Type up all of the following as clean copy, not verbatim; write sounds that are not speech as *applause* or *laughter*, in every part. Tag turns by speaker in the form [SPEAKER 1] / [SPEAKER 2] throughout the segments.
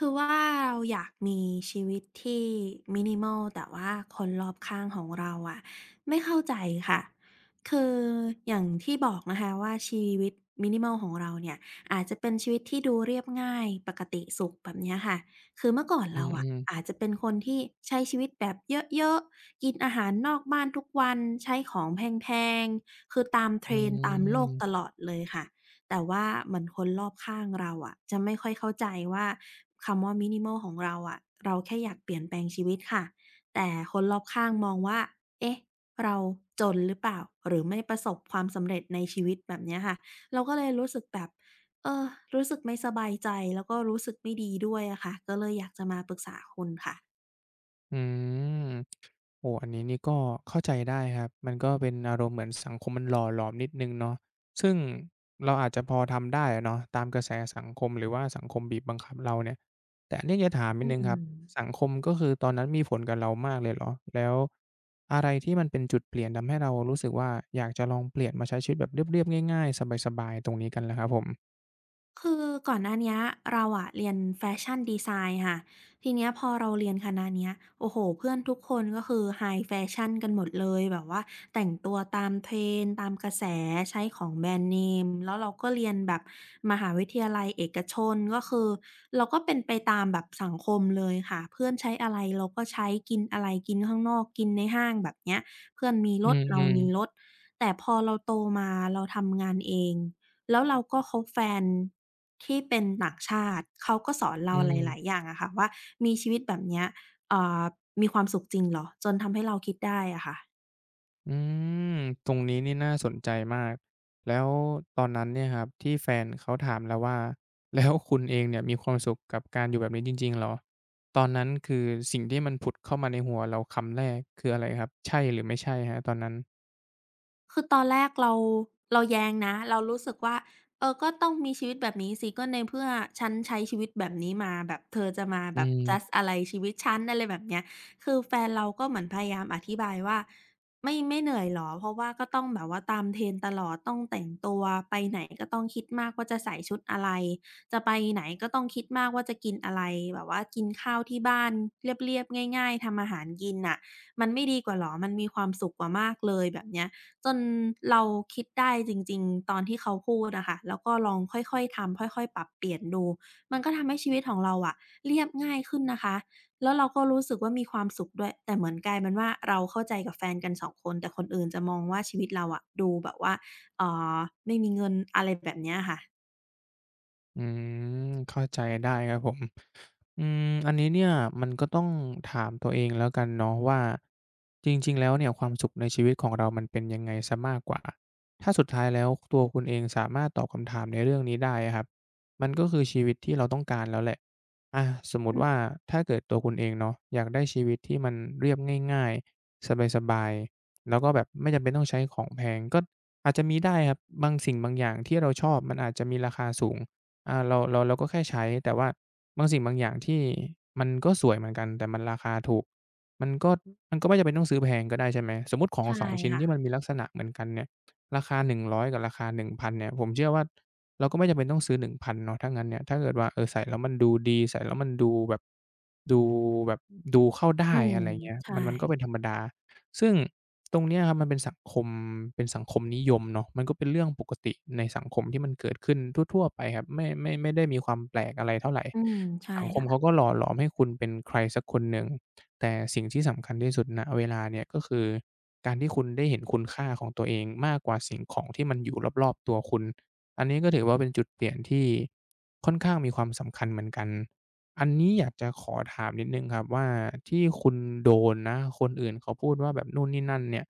[SPEAKER 1] คือว่าเราอยากมีชีวิตที่ mini มอลแต่ว่าคนรอบข้างของเราอะไม่เข้าใจค่ะคืออย่างที่บอกนะคะว่าชีวิตมิ n ิมอลของเราเนี่ยอาจจะเป็นชีวิตที่ดูเรียบง่ายปกติสุขแบบเนี้ยค่ะคือเมื่อก่อน
[SPEAKER 2] อื
[SPEAKER 1] เรา
[SPEAKER 2] มอื
[SPEAKER 1] อะ
[SPEAKER 2] ม
[SPEAKER 1] อาจจะเป็นคนที่ใช้ชีวิตแบบเยอะๆกินอาหารนอกบ้านทุกวันใช้ของแพงๆคือตาม t
[SPEAKER 2] อื
[SPEAKER 1] r e n ตามโลกตล
[SPEAKER 2] ม
[SPEAKER 1] อดเลยค่ะ แต่ว่าเหมือนคนรอบข้างเราอะจะไม่ค่อยเข้าใจว่าคำว่า minimal ของเราอะเราแค่อยากเปลี่ยนแปลงชีวิตค่ะแต่คนรอบข้างมองว่าเอ๊ะเราจนหรือเปล่าหรือไม่ประสบความสำเร็จในชีวิตแบบเนี้ยค่ะเราก็เลยรู้สึกแบบเออรู้สึกไม่สบายใจแล้วก็รู้สึกไม่ดีด้วยอะค่ะก็เลยอยากจะมาปรึกษาคุณค่ะ
[SPEAKER 2] อืมโอ้อันนี้นี่ก็เข้าใจได้ครับมันก็เป็นอารมณ์เหมือนสังคมมันหล่อหลอมนิดนึงเนาะซึ่งเราอาจจะพอทำได้อะเนาะตามกระแสสังคมหรือว่าสังคมบีบบังคับเราเนี่ยแต่อันนี้จะถามนิ
[SPEAKER 1] อื
[SPEAKER 2] ดนึงครับ
[SPEAKER 1] ม
[SPEAKER 2] สังคมก็คือตอนนั้นมีผลกับเรามากเลยเหรอแล้วอะไรที่มันเป็นจุดเปลี่ยนทำให้เรารู้สึกว่าอยากจะลองเปลี่ยนมาใช้ชีวิตแบบเรียบๆง่ายๆสบายๆตรงนี้กันแล้วครับผม
[SPEAKER 1] คือก่อนหน้าเนี้ยเราอะเรียนแฟชั่นดีไซน์ค่ะทีเนี้ยพอเราเรียนคณะเนี้ยโอ้โฮเพื่อนทุกคนก็คือไฮแฟชั่นกันหมดเลยแบบว่าแต่งตัวตาม Trend ตามกระแสใช้ของแบรนด์เนมแล้วเราก็เรียนแบบมหาวิทยาลัยเอกชนก็คือเราก็เป็นไปตามแบบสังคมเลยค่ะเพื่อนใช้อะไรเราก็ใช้กินอะไรกินข้างนอกกินในห้างแบบเนี้ยเพื่อนมีร
[SPEAKER 2] อื
[SPEAKER 1] ถ
[SPEAKER 2] ม
[SPEAKER 1] เรา
[SPEAKER 2] อืม
[SPEAKER 1] มีรถแต่พอเราโตมาเราทำงานเอง แล้วเราก็คบแฟนที่เป็นต่างชาติเขาก็สอนเรา
[SPEAKER 2] อื
[SPEAKER 1] หลายๆอ
[SPEAKER 2] ม
[SPEAKER 1] ย่างอะค่ะว่ามีชีวิตแบบเนี้ยเอ่อมีความสุขจริงเหรอจนทำให้เราคิดได้อะค่ะ
[SPEAKER 2] อืมตรงนี้นี่น่าสนใจมากแล้วตอนนั้นเนี่ยครับที่แฟนเขาถามเราว่า *laughs* แล้วคุณเองเนี่ยมีความสุขกับการอยู่แบบนี้จริงๆเหรอตอนนั้นคือสิ่งที่มันผุดเข้ามาในหัวเราคำแรกคืออะไรครับใช่หรือไม่ใช่ครับตอนนั้น
[SPEAKER 1] คือตอนแรกเราแย้งนะเรารู้สึกว่าเออก็ต้องมีชีวิตแบบนี้สิก็ในเพื่อฉันใช้ชีวิตแบบนี้มาแบบเธอจะมา
[SPEAKER 2] อื
[SPEAKER 1] แบบ
[SPEAKER 2] ม
[SPEAKER 1] จัดจ์อะไรชีวิตฉันอะไรแบบเนี้ยคือแฟนเราก็เหมือนพยายามอธิบายว่าไม่เหนื่อยเหรอเพราะว่าก็ต้องแบบว่าตาม trend ตลอดต้องแต่งตัวไปไหนก็ต้องคิดมากว่าจะใส่ชุดอะไรจะไปไหนก็ต้องคิดมากว่าจะกินอะไรแบบว่ากินข้าวที่บ้านเรียบๆง่ายๆทำอาหารกินน่ะมันไม่ดีกว่าเหรอมันมีความสุขกว่ามากเลยแบบเนี้ย จนเราคิดได้จริงๆตอนที่เขาพูดอะค่ะแล้วก็ลองค่อยๆทำค่อยๆปรับเปลี่ยนดูมันก็ทำให้ชีวิตของเราอะเรียบง่ายขึ้นนะคะแล้วเราก็รู้สึกว่ามีความสุขด้วยแต่เหมือนกลายเป็นว่าเราเข้าใจกับแฟนกันสองคนแต่คนอื่นจะมองว่าชีวิตเราอะดูแบบว่าเอ่อไม่มีเงินอะไรแบบเนี้ยค่ะ
[SPEAKER 2] อืเข้าใจได้ครับผมอันนี้เนี่ยมันก็ต้องถามตัวเองแล้วกันเนาะว่าจริงๆแล้วเนี่ยความสุขในชีวิตของเรามันเป็นยังไงเสียมากกว่าถ้าสุดท้ายแล้วตัวคุณเองสามารถตอบคำถามในเรื่องนี้ได้อะครับมันก็คือชีวิตที่เราต้องการแล้วแหละอาสมมุ
[SPEAKER 1] อื
[SPEAKER 2] ติว่า
[SPEAKER 1] ม
[SPEAKER 2] ถ้าเกิดตัวคุณเองเนาะอยากได้ชีวิตที่มันเรียบง่ายๆสบายๆแล้วก็แบบไม่จำเป็นต้องใช้ของแพงก็อาจจะมีได้ครับบางสิ่งบางอย่างที่เราชอบมันอาจจะมีราคาสูง อาเราเราเราก็แค่ใช้แต่ว่าบางสิ่งบางอย่างที่มันก็สวยเหมือนกันแต่มันราคาถูกมันก็มันก็ไม่จำเป็นต้องซื้อแพงก็ได้ใช่ไหมสมมุติของ
[SPEAKER 1] ใช่
[SPEAKER 2] สองชิ้นที่
[SPEAKER 1] ค่ะ
[SPEAKER 2] มันมีลักษณะเหมือนกันเนี่ยราคา100กับราคาหนึ่งพันเนี่ยผมเชื่อว่าเราก็ไม่จำเป็นต้องซื้อหนึ่งพันเนาะถ้างั้นเนี่ยถ้าเกิดว่าเออใส่แล้วมันดูดีใส่แล้วมันดูดูแบบดูเข้า
[SPEAKER 1] อื
[SPEAKER 2] ได้
[SPEAKER 1] ม
[SPEAKER 2] อะไรเงี้ย
[SPEAKER 1] ใช่
[SPEAKER 2] มันมันก็เป็นธรรมดา ซึ่งตรงเนี้ยครับมันเป็นสังคมเป็นสังคมนิยมเนาะมันก็เป็นเรื่องปกติในสังคมที่มันเกิดขึ้นทั่วๆไปครับไม่ได้มีความแปลกอะไรเท่าไร
[SPEAKER 1] อืมใช่
[SPEAKER 2] สังคมเขา
[SPEAKER 1] ค่ะ
[SPEAKER 2] ก็หล่อหลอมให้คุณเป็นใครสักคนหนึ่งแต่สิ่งที่สำคัญที่สุดณเวลาเนี่ยก็คือการที่คุณได้เห็นคุณค่าของตัวเองมากกว่าสิ่งของที่มันอยู่รอบๆตัวคุณอันนี้ก็ถือว่าเป็นจุดเปลี่ยนที่ค่อนข้างมีความสำคัญเหมือนกัน อันนี้อยากจะขอถามนิดหนึ่งครับว่าที่คุณโดนนะคนอื่นเขาพูดว่าแบบนู่นนี่นั่นเนี่ย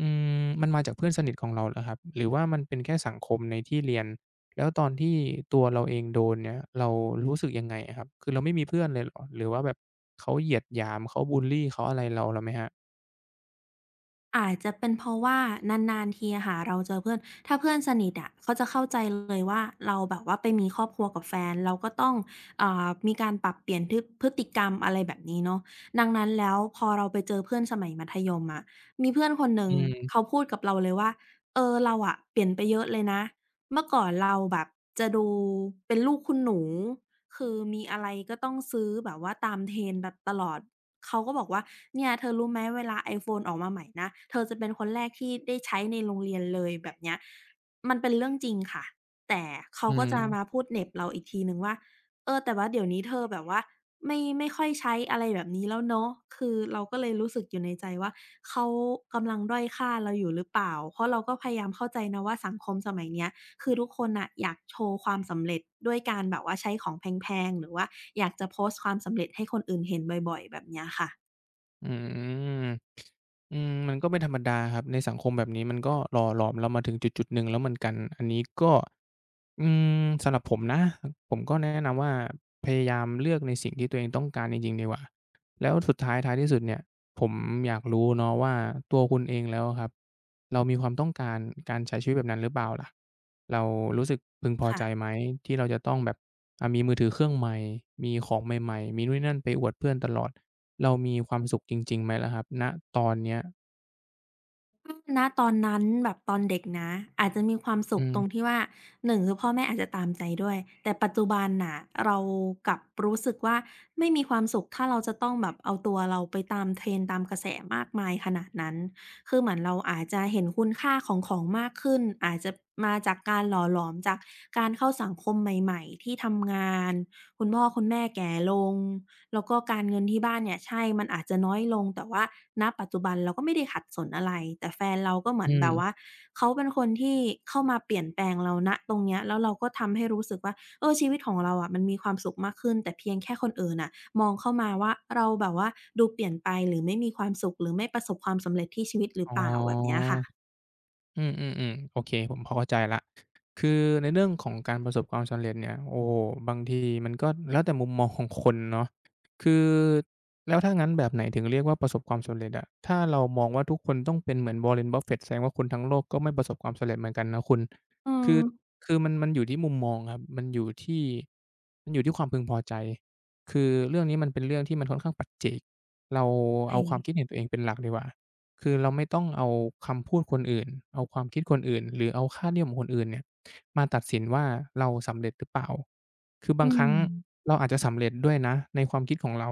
[SPEAKER 2] อืมันมาจากเพื่อนสนิทของเราเหรอครับหรือว่ามันเป็นแค่สังคมในที่เรียนแล้วตอนที่ตัวเราเองโดนเนี่ยเรารู้สึกยังไงอะครับคือเราไม่มีเพื่อนเลยเหรอหรือว่าแบบเขาเหยียดหยามเขาบุลลีเขาอะไรเราไหมครับ
[SPEAKER 1] อาจจะเป็นเพราะว่านานๆทีอะค่ะเราเจอเพื่อนถ้าเพื่อนสนิทอะเขาจะเข้าใจเลยว่าเราแบบว่าไปมีครอบครัวกับแฟนเราก็ต้องมีการปรับเปลี่ยนทึบพฤติกรรมอะไรแบบนี้เนาะดังนั้นแล้วพอเราไปเจอเพื่อนสมัยมัธยมอะมีเพื่อนคนหนึ่ง
[SPEAKER 2] อื
[SPEAKER 1] เขา
[SPEAKER 2] ม
[SPEAKER 1] พูดกับเราเลยว่าเออเราอะเปลี่ยนไปเยอะเลยนะเมื่อก่อนเราแบบจะดูเป็นลูกคุณหนูคือมีอะไรก็ต้องซื้อแบบว่าตาม trend แบบตลอด เขาก็บอกว่าเนี่ยเธอรู้ไหมเวลาไอโฟนออกมาใหม่นะเธอจะเป็นคนแรกที่ได้ใช้ในโรงเรียนเลยแบบเนี้ยมันเป็นเรื่องจริงค่ะแต่เขอืา
[SPEAKER 2] อื
[SPEAKER 1] อก็
[SPEAKER 2] ม
[SPEAKER 1] จะมาพูดเหน็บเราอีกทีหนึ่งว่าเออแต่ว่าเดี๋ยวนี้เธอแบบว่าไม่ค่อยใช้อะไรแบบนี้แล้วเนาะคือเราก็เลยรู้สึกอยู่ในใจว่าเขากำลังด้อยค่าเราอยู่หรือเปล่าเพราะเราก็พยายามเข้าใจนะว่าสังคมสมัยเนี้ย คือทุกคนน่ะอยากโชว์ความสำเร็จด้วยการแบบว่าใช้ของแพงๆหรือว่าอยากจะโพสต์ความสำเร็จให้คนอื่นเห็นบ่อยๆแบบเนี้ยค่ะ
[SPEAKER 2] อืมมันก็เป็นธรรมดาครับในสังคมแบบนี้มันก็หล่อหลอมเรามาถึงจุดๆหนึ่งแล้วเหมือนกันอันนี้ก็ อืมสำหรับผมนะผมก็แนะนำว่าพยายามเลือกในสิ่งที่ตัวเองต้องการจริงๆดีกว่าแล้วสุดท้ายท้ายที่สุดเนี่ยผมอยากรู้เนาะว่าตัวคุณเองแล้วอะครับเรามีความต้องการการใช้ชีวิตแบบนั้นหรือเปล่าล่ะเรารู้สึกพึงพอใจไห
[SPEAKER 1] ค่ะ
[SPEAKER 2] มที่เราจะต้องแบบมีมือถือเครื่องใหม่มีของใหม่ๆมีนู่นนี่นั่นไปอวดเพื่อนตลอดเรามีความสุขจริงๆไหมล่ะครับณตอนเนี้ย
[SPEAKER 1] ณตอนนั้นแบบตอนเด็กนะอาจจะมีความสุ
[SPEAKER 2] อื
[SPEAKER 1] ข
[SPEAKER 2] ม
[SPEAKER 1] ตรงที่ว่าหนึ่งคือพ่อแม่อาจจะตามใจด้วยแต่ปัจจุบันน่ะเรากลับรู้สึกว่าไม่มีความสุขถ้าเราจะต้องแบบเอาตัวเราไปตาม trend ตามกระแสมากมายขนาดนั้นคือเหมือนเราอาจจะเห็นคุณค่าของของมากขึ้นอาจจะมาจากการหล่อหลอมจากการเข้าสังคมใหม่ๆที่ทำงานคุณพ่อคุณแม่แก่ลง แล้วก็การเงินที่บ้านเนี่ยใช่ มันอาจจะน้อยลงแต่ว่าณปัจจุบันเราก็ไม่ได้ขัดสนอะไรแต่แฟนเราก็เหมือ
[SPEAKER 2] อื
[SPEAKER 1] นแบ
[SPEAKER 2] ม
[SPEAKER 1] บว่าเขาเป็นคนที่เข้ามาเปลี่ยนแปลงเราณตรงเนี้ยแล้วเราก็ทำให้รู้สึกว่าเออชีวิตของเราอะมันมีความสุขมากขึ้นแต่เพียงแค่คนอื่นน่ะมองเข้ามาว่าเราแบบว่าดูเปลี่ยนไปหรือไม่มีความสุขหรือไม่ประสบความสำเร็จที่ชีวิตหรือ
[SPEAKER 2] อ๋
[SPEAKER 1] เปล่าแบบเนี้ย
[SPEAKER 2] อ
[SPEAKER 1] ค่ะ
[SPEAKER 2] โอเคผมพอเข้าใจละคือในเรื่องของการประสบความสำเร็จเนี่ยโอ้โหบางทีมันก็แล้วแต่มุมมองของคนเนาะคือแล้วถ้างั้นแบบไหนถึงเรียกว่าประสบความสำเร็จอะถ้าเรามองว่าทุกคนต้องเป็นเหมือน w อ r r e n b u f ฟ e t t แสดงว่าคนทั้งโลกก็ไม่ประสบความสำเร็จเหมือนกันนะคุณ
[SPEAKER 1] อืม
[SPEAKER 2] คือคือมันอยู่ที่มุมมองครับมันอยู่ที่มันอยู่ที่ความพึงพอใจคือเรื่องนี้มันเป็นเรื่องที่มันค่อนข้างปัจเจกเรา
[SPEAKER 1] ใช่
[SPEAKER 2] เอาความคิดเห็นตัวเองเป็นหลักดีกว่า คือเราไม่ต้องเอาคำพูดคนอื่นเอาความคิดคนอื่นหรือเอาค่านิยมของคนอื่นเนี่ยมาตัดสินว่าเราสำเร็จหรือเปล่าคือ
[SPEAKER 1] อื
[SPEAKER 2] บางครั้
[SPEAKER 1] ม
[SPEAKER 2] งเราอาจจะสำเร็จด้วยนะในความคิดของเรา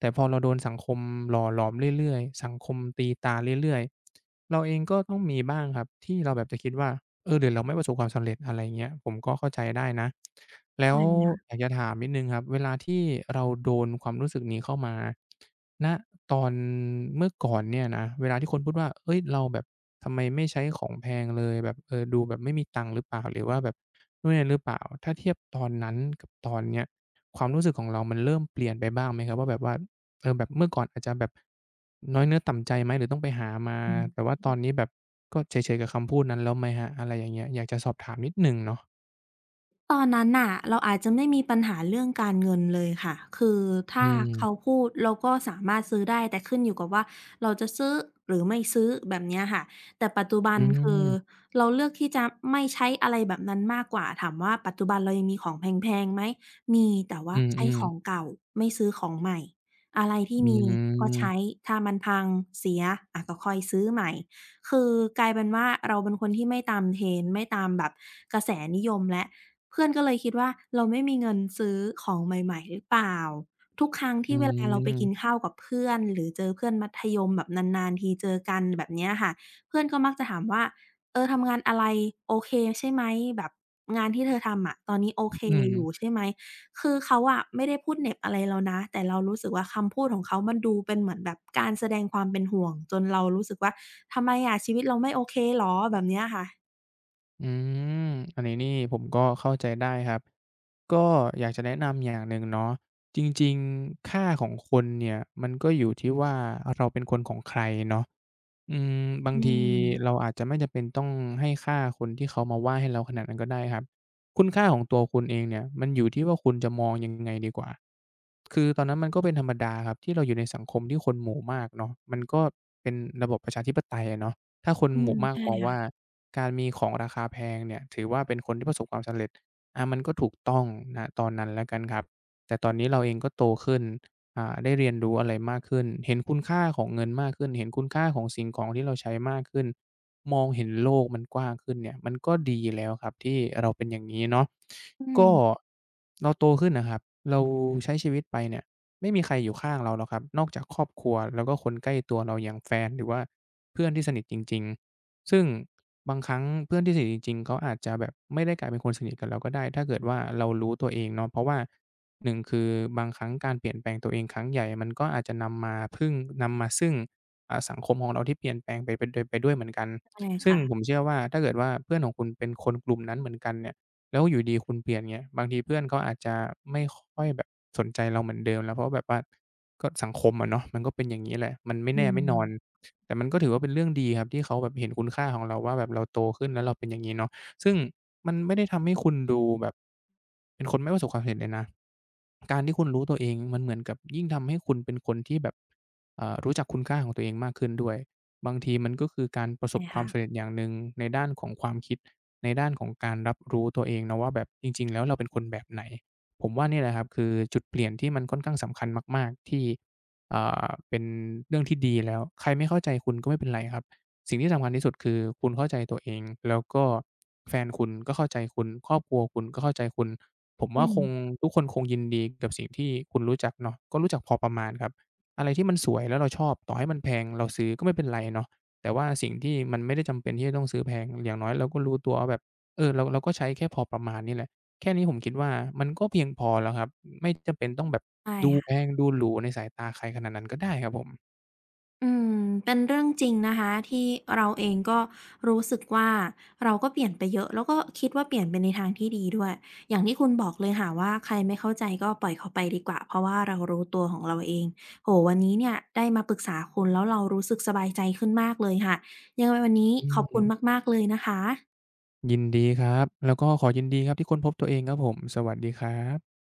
[SPEAKER 2] แต่พอเราโดนสังคมหล่อหลอมเรื่อยๆสังคมตีตาเรื่อยๆเราเองก็ต้องมีบ้างครับที่เราแบบจะคิดว่า เออเดี๋ยวเราไม่ประสบความสำเร็จอะไรเงี้ยผมก็เข้าใจได้นะแล้
[SPEAKER 1] ใช่
[SPEAKER 2] ว
[SPEAKER 1] ค่ะ
[SPEAKER 2] อยากจะถามนิดหนึ่งครับเวลาที่เราโดนความรู้สึกนี้เข้ามาณตอนเมื่อก่อนเนี่ยนะเวลาที่คนพูดว่าเฮ้ยเราแบบทำไมไม่ใช้ของแพงเลยแบบเออดูแบบไม่มีตังค์หรือเปล่าหรือว่าแบบนู่นนี่นั่นหรือเปล่าถ้าเทียบตอนนั้นกับตอนเนี้ยความรู้สึกของเรามันเริ่มเปลี่ยนไปบ้างไหมครับว่าแบบว่า เออแบบเมื่อก่อนอาจจะแบบน้อยเนื้อต่ำใจไหมหรือต้องไปหามา
[SPEAKER 1] อื
[SPEAKER 2] แต่
[SPEAKER 1] ม
[SPEAKER 2] ว่าตอนนี้แบบก็เฉยๆกับคำพูดนั้นแล้วไหมครับอะไรอย่างเงี้ยอยากจะสอบถามนิดหนึ่งเนาะ
[SPEAKER 1] ตอนนั้นน่ะเราอาจจะไม่มีปัญหาเรื่องการเงินเลยค่ะคือ
[SPEAKER 2] อื
[SPEAKER 1] ถ้าเขา
[SPEAKER 2] ม
[SPEAKER 1] พูดเราก็สามารถซื้อได้แต่ขึ้นอยู่กับว่าเราจะซื้อหรือไม่ซื้อแบบเนี้ยค่ะแต่ปัจจุบั
[SPEAKER 2] อื
[SPEAKER 1] นคือ
[SPEAKER 2] ม
[SPEAKER 1] เราเลือกที่จะไม่ใช้อะไรแบบนั้นมากกว่าถามว่าปัจจุบันเรายังมีของแพงๆไหมมีแต่ว่า
[SPEAKER 2] อื
[SPEAKER 1] ใช้
[SPEAKER 2] ม
[SPEAKER 1] ของ
[SPEAKER 2] ๆ
[SPEAKER 1] เก่าไม่ซื้อของใหม่อะไรที่
[SPEAKER 2] อื
[SPEAKER 1] มีก็ใช้
[SPEAKER 2] ม
[SPEAKER 1] ถ้ามันพังเสียอะก็ค่อยซื้อใหม่คือกลายเป็นว่าเราเป็นคนที่ไม่ตาม trend ไม่ตามแบบกระแสนิยมแล้ว เพื่อนก็เลยคิดว่าเราไม่มีเงินซื้อของใหม่ๆหรือเปล่าทุกครั้ง
[SPEAKER 2] อื
[SPEAKER 1] ที่เวลาเราไปกิน
[SPEAKER 2] ม
[SPEAKER 1] ข้าวกับเพื่อนหรือเจอเพื่อนมัธยมแบบนานๆทีเจอกันแบบเนี้ยค่ะเพื่อนก็มักจะถามว่าเออทำงานอะไรโอเคใช่ไหมแบบงานที่เธอทำอะตอนนี้โอเค
[SPEAKER 2] อื
[SPEAKER 1] อยู่
[SPEAKER 2] ม
[SPEAKER 1] ใช่ไหมคือเขาอะไม่ได้พูดเหน็บอะไรเรานะแต่เรารู้สึกว่าคำพูดของเขามันดูเป็นเหมือนแบบการแสดงความเป็นห่วงจนเรารู้สึกว่าทำไมอะชีวิตเราไม่โอเคเหรอแบบเนี้ยค่ะ
[SPEAKER 2] อืมอันนี้นี่ผมก็เข้าใจได้ครับก็อยากจะแนะนำอย่างหนึ่งเนาะจริงๆค่าของคนเนี่ยมันก็อยู่ที่ว่าเราเป็นคนของใครเนาะ อืมบาง
[SPEAKER 1] อื
[SPEAKER 2] ที
[SPEAKER 1] ม
[SPEAKER 2] เราอาจจะไม่จำเป็นต้องให้ค่าคนที่เขามาว่าให้เราขนาดนั้นก็ได้ครับคุณค่าของตัวคุณเองเนี่ยมันอยู่ที่ว่าคุณจะมองยังไงดีกว่าคือตอนนั้นมันก็เป็นธรรมดาครับที่เราอยู่ในสังคมที่คนหมู่มากเนาะมันก็เป็นระบบประชาธิปไตยอะเนาะถ้าคน
[SPEAKER 1] อื
[SPEAKER 2] ห
[SPEAKER 1] ม
[SPEAKER 2] มู่มาก
[SPEAKER 1] ใช่
[SPEAKER 2] มองว่า
[SPEAKER 1] ค่ะ
[SPEAKER 2] การมีของราคาแพงเนี่ยถือว่าเป็นคนที่ประสบความสำเร็จมันก็ถูกต้องณตอนนั้นแล้วกันครับแต่ตอนนี้เราเองก็โตขึ้น ได้เรียนรู้อะไรมากขึ้นเห็นคุณค่าของเงินมากขึ้นเห็นคุณค่าของสิ่งของที่เราใช้มากขึ้นมองเห็นโลกมันกว้างขึ้นเนี่ยมันก็ดีแล้วครับที่เราเป็นอย่างนี้เนาะ
[SPEAKER 1] อื
[SPEAKER 2] ก็
[SPEAKER 1] ม
[SPEAKER 2] เราโตขึ้นน่ะครับเราใช้ชีวิตไปเนี่ยไม่มีใครอยู่ข้างเราหรอกครับนอกจากครอบครัวแล้วก็คนใกล้ตัวเราอย่างแฟนหรือว่าเพื่อนที่สนิทจริงๆ ซึ่งบางครั้งเพื่อนที่สนิทจริงๆเขาอาจจะแบบไม่ได้กลายเป็นคนสนิทกับเราก็ได้ถ้าเกิดว่าเรารู้ตัวเองเนาะเพราะว่าหนึ่งคือบางครั้งการเปลี่ยนแปลงตัวเองครั้งใหญ่มันก็อาจจะนำมาซึ่งสังคมของเราที่เปลี่ยนแปลงไปด้วยเหมือนกัน
[SPEAKER 1] ใช่
[SPEAKER 2] ซึ่ง
[SPEAKER 1] ค่ะ
[SPEAKER 2] ผมเชื่อว่าถ้าเกิดว่าเพื่อนของคุณเป็นคนกลุ่มนั้นเหมือนกันเนี่ยแล้วอยู่ดีๆคุณเปลี่ยนเงี้ยบางทีเพื่อนเขาอาจจะไม่ค่อยแบบสนใจเราเหมือนเดิมแล้วเพราะแบบว่าก็สังคมอะเนาะมันก็เป็นอย่างงี้แหละมันไม่
[SPEAKER 1] อื
[SPEAKER 2] แน่ไม่นอน
[SPEAKER 1] ม
[SPEAKER 2] แต่มันก็ถือว่าเป็นเรื่องดีครับที่เขาแบบเห็นคุณค่าของเราว่าแบบเราโตขึ้นแล้วเราเป็นอย่างงี้เนาะซึ่งมันไม่ได้ทำให้คุณดูแบบเป็นคนไม่ประสบความสำเร็จเลยนะการที่คุณรู้ตัวเองมันเหมือนกับยิ่งทำให้คุณเป็นคนที่แบบรู้จักคุณค่าของตัวเองมากขึ้นด้วยบางทีมันก็คือการประส
[SPEAKER 1] ใช่
[SPEAKER 2] บควา
[SPEAKER 1] ค่ะ
[SPEAKER 2] มสำเร็จอย่างหนึ่งในด้านของความคิดในด้านของการรับรู้ตัวเองเนาะว่าแบบจริงๆแล้วเราเป็นคนแบบไหนผมว่าเนี่ยแหละครับคือจุดเปลี่ยนที่มันค่อนข้างสำคัญมากๆที่ เป็นเรื่องที่ดีแล้วใครไม่เข้าใจคุณก็ไม่เป็นไรครับสิ่งที่สำคัญที่สุดคือคุณเข้าใจตัวเองแล้วก็แฟนคุณก็เข้าใจคุณครอบครัวคุณก็เข้าใจคุณผม
[SPEAKER 1] อื
[SPEAKER 2] ว่าคง
[SPEAKER 1] ม
[SPEAKER 2] ทุกคนคงยินดีกับสิ่งที่คุณรู้จักเนาะก็รู้จักพอประมาณครับอะไรที่มันสวยแล้วเราชอบต่อให้มันแพงเราซื้อก็ไม่เป็นไรเนาะแต่ว่าสิ่งที่มันไม่ได้จำเป็นที่จะต้องซื้อแพงอย่างน้อยเราก็รู้ตัวว่าแบบเออเราก็ใช้แค่พอประมาณนี่แหละ แค่นี้ผมคิดว่ามันก็เพียงพอแล้วครับไม่จำเป็นต้องแบบ
[SPEAKER 1] ใช่
[SPEAKER 2] ดูแพ
[SPEAKER 1] ค่ะ
[SPEAKER 2] งดูหรูในสายตาใครขนาดนั้นก็ได้ครับผม
[SPEAKER 1] อืมเป็นเรื่องจริงนะคะที่เราเองก็รู้สึกว่าเราก็เปลี่ยนไปเยอะแล้วก็คิดว่าเปลี่ยนไปในทางที่ดีด้วย อย่างที่คุณบอกเลยค่ะว่าใครไม่เข้าใจก็ปล่อยเขาไปดีกว่าเพราะว่าเรารู้ตัวของเราเองโอ้โฮวันนี้เนี่ยได้มาปรึกษาคุณแล้วเรารู้สึกสบายใจขึ้นมากเลยค่ะ ยังไงวันนี้
[SPEAKER 2] อื
[SPEAKER 1] ขอบคุณ
[SPEAKER 2] ม
[SPEAKER 1] มากๆเลยนะคะ
[SPEAKER 2] ยินดีครับแล้วก็ขอยินดีครับที่ค้นพบตัวเองครับผมสวัสดีครับ